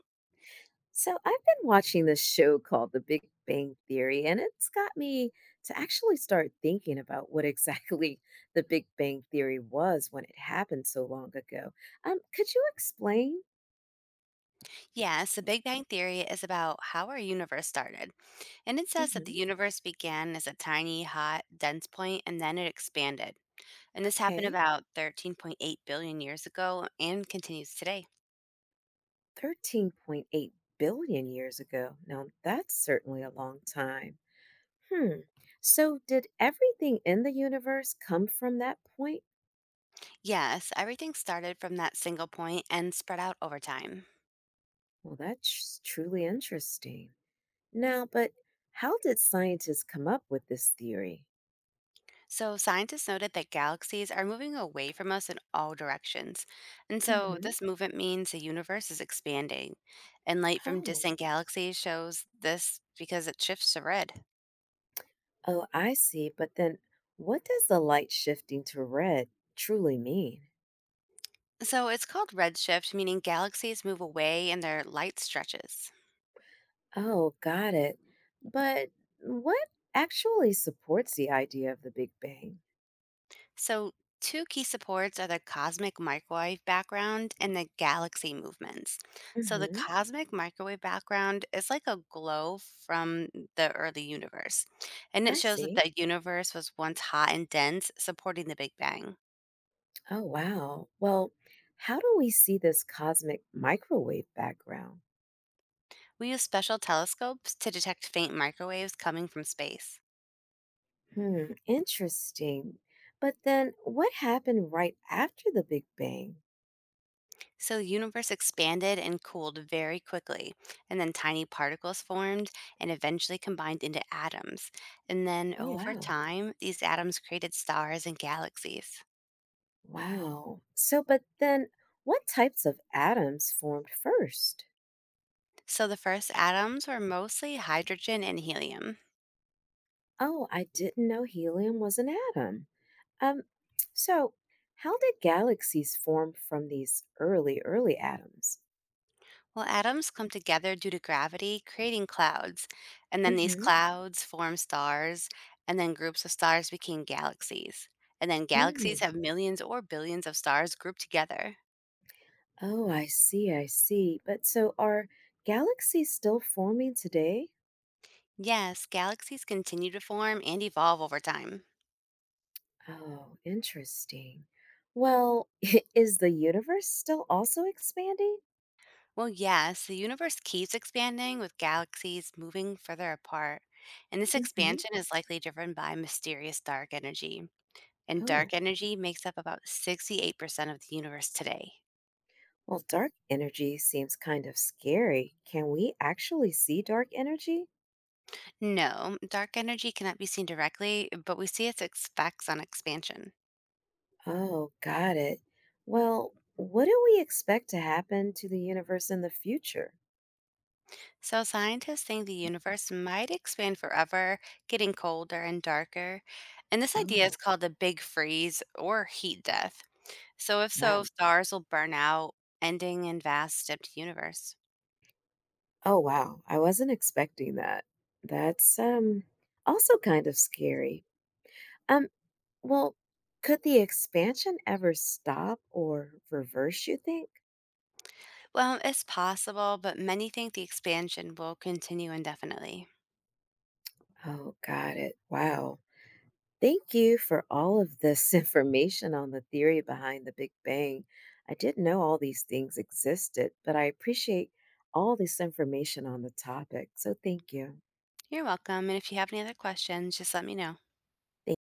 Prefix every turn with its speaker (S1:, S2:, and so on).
S1: So I've been watching this show called The Big Bang Theory, and it's got me to actually start thinking about what exactly the Big Bang Theory was when it happened so long ago. Could you explain?
S2: Yes, the Big Bang Theory is about how our universe started. And it says that the
S1: Hmm.
S2: universe began as a tiny, hot, dense point and then it expanded. And this happened
S1: Okay,
S2: about 13.8 billion years ago and continues today.
S1: 13.8 billion years ago. Now, that's certainly a long time. Hmm. So, did everything in the universe come from that point?
S2: Yes, everything started from that single point and spread out over time.
S1: Well, that's truly interesting. Now, but how did scientists come up with this theory?
S2: So, scientists noted that galaxies are moving away from us in all directions. And so,
S1: Hmm.
S2: this movement means the universe is expanding. And light from
S1: Oh.
S2: distant galaxies shows this because it shifts to red.
S1: Oh, I see. But then what does the light shifting to red truly mean?
S2: So, it's called redshift, meaning galaxies move away and their light stretches.
S1: Oh, got it. But what actually supports the idea of the Big Bang?
S2: So, two key supports are the cosmic microwave background and the galaxy movements. So, the
S1: Hmm.
S2: cosmic microwave background is like a glow from the early universe, and it
S1: I
S2: shows that
S1: see.
S2: the universe was once hot and dense, supporting the Big Bang.
S1: Oh, wow. Well, how do we see this cosmic microwave background?
S2: We use special telescopes to detect faint microwaves coming from space.
S1: Hmm, interesting. But then what happened right after the Big Bang?
S2: So the universe expanded and cooled very quickly, and then tiny particles formed and eventually combined into atoms. And then
S1: Oh,
S2: over
S1: wow.
S2: time, these atoms created stars and galaxies.
S1: Wow. So, but then what types of atoms formed first?
S2: So the first atoms were mostly hydrogen and helium.
S1: Oh, I didn't know helium was an atom. Um, so how did galaxies form from these early atoms?
S2: Well, atoms come together due to gravity, creating clouds. And then these
S1: Mm-hmm.
S2: clouds form stars, and then groups of stars became galaxies. And then galaxies
S1: Mm.
S2: have millions or billions of stars grouped together.
S1: Oh, I see, I see. But so are galaxies still forming today?
S2: Yes, galaxies continue to form and evolve over time.
S1: Oh, interesting. Well, is the universe still also expanding?
S2: Well, yes, the universe keeps expanding with galaxies moving further apart. And this
S1: Mm-hmm.
S2: expansion is likely driven by mysterious dark energy. And dark
S1: Oh.
S2: energy makes up about 68% of the universe today.
S1: Well, dark energy seems kind of scary. Can we actually see dark energy?
S2: No, dark energy cannot be seen directly, but we see its effects on expansion.
S1: Oh, got it. Well, what do we expect to happen to the universe in the future?
S2: So scientists think the universe might expand forever, getting colder and darker. And this idea is
S1: Oh,
S2: called the big freeze or heat death. So if so,
S1: wow.
S2: stars will burn out, ending in vast empty universe.
S1: Oh, wow. I wasn't expecting that. That's also kind of scary. Um, well, could the expansion ever stop or reverse, you think?
S2: Well, it's possible, but many think the expansion will continue indefinitely.
S1: Oh, got it. Wow. Thank you for all of this information on the theory behind the Big Bang. I didn't know all these things existed, but I appreciate all this information on the topic. So thank you.
S2: You're welcome, and if you have any other questions, just let me know.
S1: Thank